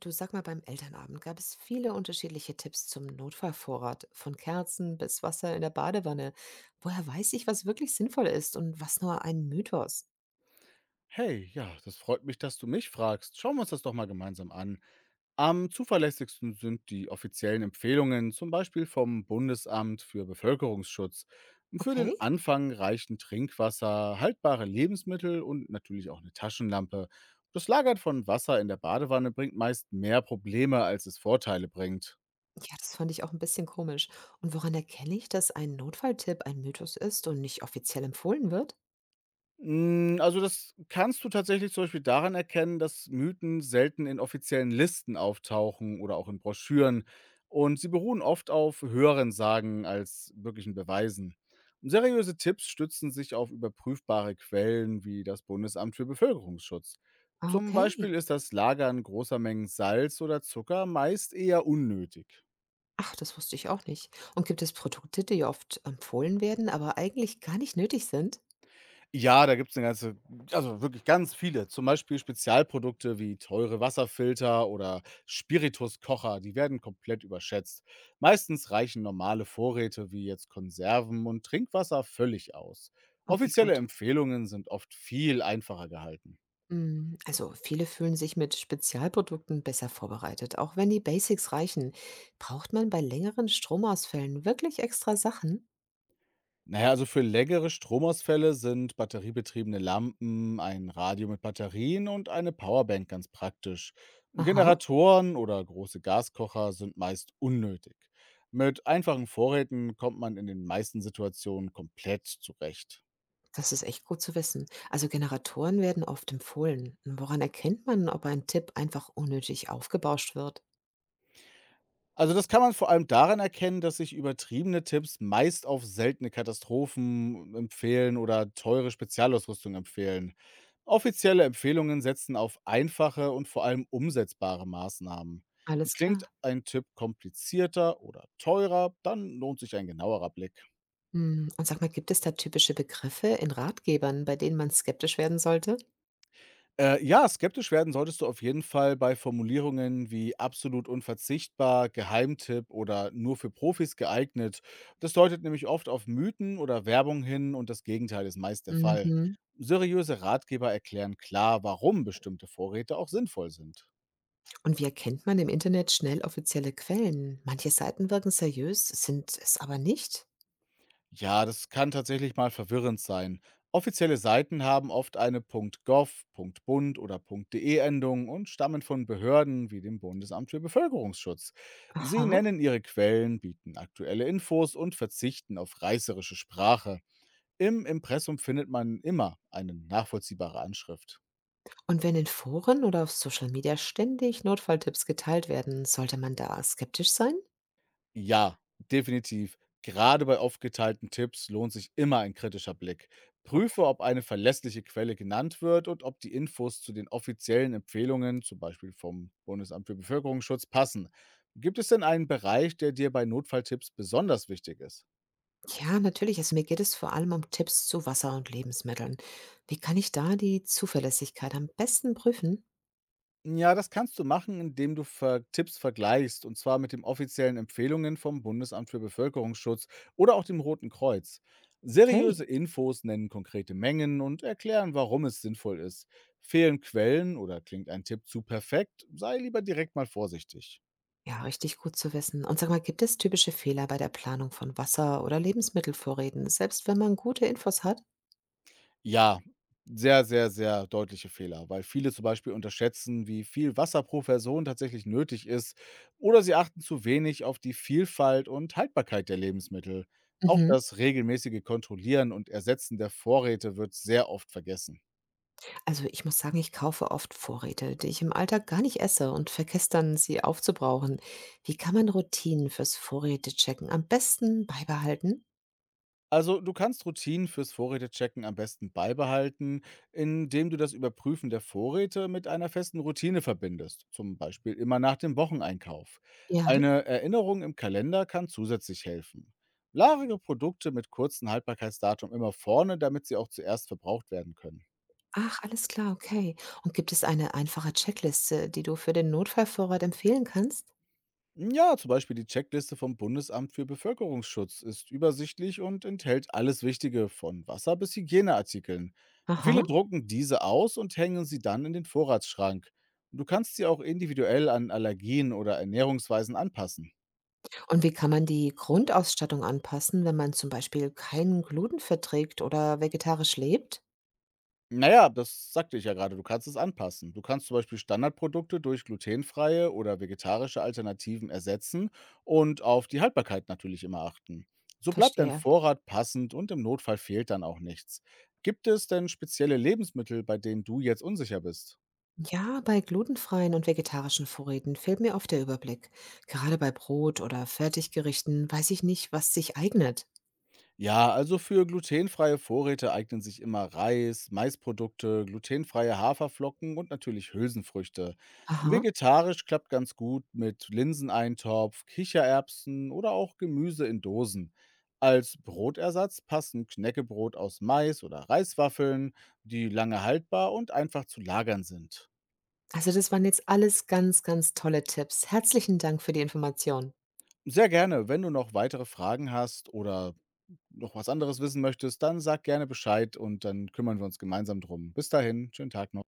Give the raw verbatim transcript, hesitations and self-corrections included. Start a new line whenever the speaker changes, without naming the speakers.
Du, sag mal, beim Elternabend gab es viele unterschiedliche Tipps zum Notfallvorrat, von Kerzen bis Wasser in der Badewanne. Woher weiß ich, was wirklich sinnvoll ist und was nur ein Mythos?
Hey, ja, das freut mich, dass du mich fragst. Schauen wir uns das doch mal gemeinsam an. Am zuverlässigsten sind die offiziellen Empfehlungen, zum Beispiel vom Bundesamt für Bevölkerungsschutz. Für den
Okay?
Anfang reichen Trinkwasser, haltbare Lebensmittel und natürlich auch eine Taschenlampe. Das Lagern von Wasser in der Badewanne bringt meist mehr Probleme, als es Vorteile bringt.
Ja, das fand ich auch ein bisschen komisch. Und woran erkenne ich, dass ein Notfalltipp ein Mythos ist und nicht offiziell empfohlen wird?
Hm, also, das kannst du tatsächlich zum Beispiel daran erkennen, dass Mythen selten in offiziellen Listen auftauchen oder auch in Broschüren. Und sie beruhen oft auf höheren Sagen als wirklichen Beweisen. Und seriöse Tipps stützen sich auf überprüfbare Quellen wie das Bundesamt für Bevölkerungsschutz.
Ah,
Zum
okay.
Beispiel ist das Lagern großer Mengen Salz oder Zucker meist eher unnötig.
Ach, das wusste ich auch nicht. Und gibt es Produkte, die oft empfohlen werden, aber eigentlich gar nicht nötig sind?
Ja, da gibt's eine ganze also, wirklich ganz viele, zum Beispiel Spezialprodukte wie teure Wasserfilter oder Spirituskocher, die werden komplett überschätzt. Meistens reichen normale Vorräte wie jetzt Konserven und Trinkwasser völlig aus.
Okay,
Offizielle
gut.
Empfehlungen sind oft viel einfacher gehalten.
Mm, also viele fühlen sich mit Spezialprodukten besser vorbereitet, auch wenn die Basics reichen. Braucht man bei längeren Stromausfällen wirklich extra Sachen?
Naja, also für längere Stromausfälle sind batteriebetriebene Lampen, ein Radio mit Batterien und eine Powerbank ganz praktisch.
Aha,
Generatoren oder große Gaskocher sind meist unnötig. Mit einfachen Vorräten kommt man in den meisten Situationen komplett zurecht.
das ist echt gut zu wissen. Also Generatoren werden oft empfohlen. Woran erkennt man, ob ein Tipp einfach unnötig aufgebauscht wird?
Also, das kann man vor allem daran erkennen, dass sich übertriebene Tipps meist auf seltene Katastrophen empfehlen oder teure Spezialausrüstung empfehlen. Offizielle Empfehlungen setzen auf einfache und vor allem umsetzbare Maßnahmen.
Alles klar.
Klingt ein Tipp komplizierter oder teurer, dann lohnt sich ein genauerer Blick.
Mm, und sag mal, gibt es da typische Begriffe in Ratgebern, bei denen man skeptisch werden sollte?
Äh, ja, skeptisch werden solltest du auf jeden Fall bei Formulierungen wie absolut unverzichtbar, Geheimtipp oder nur für Profis geeignet. Das deutet nämlich oft auf Mythen oder Werbung hin und das Gegenteil ist meist der Fall.
Mhm.
Seriöse Ratgeber erklären klar, warum bestimmte Vorräte auch sinnvoll sind.
Und wie erkennt man im Internet schnell offizielle Quellen? Manche Seiten wirken seriös, sind es aber nicht.
Ja, das kann tatsächlich mal verwirrend sein. Offizielle Seiten haben oft eine Punkt gov, Punkt bund oder Punkt de-Endung und stammen von Behörden wie dem Bundesamt für Bevölkerungsschutz. Sie
Aha.
nennen ihre Quellen, bieten aktuelle Infos und verzichten auf reißerische Sprache. Im Impressum findet man immer eine nachvollziehbare Anschrift.
Und wenn in Foren oder auf Social Media ständig Notfalltipps geteilt werden, sollte man da skeptisch sein?
Ja, definitiv. Gerade bei aufgeteilten Tipps lohnt sich immer ein kritischer Blick. Prüfe,
Okay.
ob eine verlässliche Quelle genannt wird und ob die Infos zu den offiziellen Empfehlungen, zum Beispiel vom Bundesamt für Bevölkerungsschutz, passen. Gibt es denn einen Bereich, der dir bei Notfalltipps besonders wichtig ist?
Ja, natürlich. Also mir geht es vor allem um Tipps zu Wasser und Lebensmitteln. Wie kann ich da die Zuverlässigkeit am besten prüfen?
Ja, das kannst du machen, indem du Ver Tipps vergleichst, und zwar mit den offiziellen Empfehlungen vom Bundesamt für Bevölkerungsschutz oder auch dem Roten Kreuz.
Okay.
Seriöse Infos nennen konkrete Mengen und erklären, warum es sinnvoll ist. Fehlen Quellen oder klingt ein Tipp zu perfekt, sei lieber direkt mal vorsichtig.
Ja, richtig gut zu wissen. Und sag mal, gibt es typische Fehler bei der Planung von Wasser- oder Lebensmittelvorräten, selbst wenn man gute Infos hat?
Ja, sehr, sehr, sehr deutliche Fehler, weil viele zum Beispiel unterschätzen, wie viel Wasser pro Person tatsächlich nötig ist, oder sie achten zu wenig auf die Vielfalt und Haltbarkeit der Lebensmittel. Auch
Mhm.
das regelmäßige Kontrollieren und Ersetzen der Vorräte wird sehr oft vergessen.
Also ich muss sagen, ich kaufe oft Vorräte, die ich im Alltag gar nicht esse und vergesse dann, sie aufzubrauchen. Wie kann man Routinen fürs Vorrätechecken am besten beibehalten?
Also du kannst Routinen fürs Vorrätechecken am besten beibehalten, indem du das Überprüfen der Vorräte mit einer festen Routine verbindest, zum Beispiel immer nach dem Wocheneinkauf.
Ja,
Eine Erinnerung im Kalender kann zusätzlich helfen. Lagere Produkte mit kurzem Haltbarkeitsdatum immer vorne, damit sie auch zuerst verbraucht werden können.
ach, alles klar, okay. Und gibt es eine einfache Checkliste, die du für den Notfallvorrat empfehlen kannst?
Ja, zum Beispiel die Checkliste vom Bundesamt für Bevölkerungsschutz ist übersichtlich und enthält alles Wichtige von Wasser bis Hygieneartikeln.
Aha.
Viele drucken diese aus und hängen sie dann in den Vorratsschrank. Du kannst sie auch individuell an Allergien oder Ernährungsweisen anpassen.
Und wie kann man die Grundausstattung anpassen, wenn man zum Beispiel keinen Gluten verträgt oder vegetarisch lebt?
Na ja, das sagte ich ja gerade. Du kannst es anpassen. Du kannst zum Beispiel Standardprodukte durch glutenfreie oder vegetarische Alternativen ersetzen und auf die Haltbarkeit natürlich immer achten. So bleibt dein
Verstehe.
Vorrat passend und im Notfall fehlt dann auch nichts. Gibt es denn spezielle Lebensmittel, bei denen du jetzt unsicher bist?
Ja, bei glutenfreien und vegetarischen Vorräten fehlt mir oft der Überblick. Gerade bei Brot oder Fertiggerichten weiß ich nicht, was sich eignet.
Ja, also für glutenfreie Vorräte eignen sich immer Reis, Maisprodukte, glutenfreie Haferflocken und natürlich Hülsenfrüchte.
Aha.
Vegetarisch klappt ganz gut mit Linseneintopf, Kichererbsen oder auch Gemüse in Dosen. Als Brotersatz passen Knäckebrot aus Mais oder Reiswaffeln, die lange haltbar und einfach zu lagern sind.
Also das waren jetzt alles ganz, ganz tolle Tipps. Herzlichen Dank für die Information.
Sehr gerne. Wenn du noch weitere Fragen hast oder noch was anderes wissen möchtest, dann sag gerne Bescheid und dann kümmern wir uns gemeinsam drum. Bis dahin, schönen Tag noch.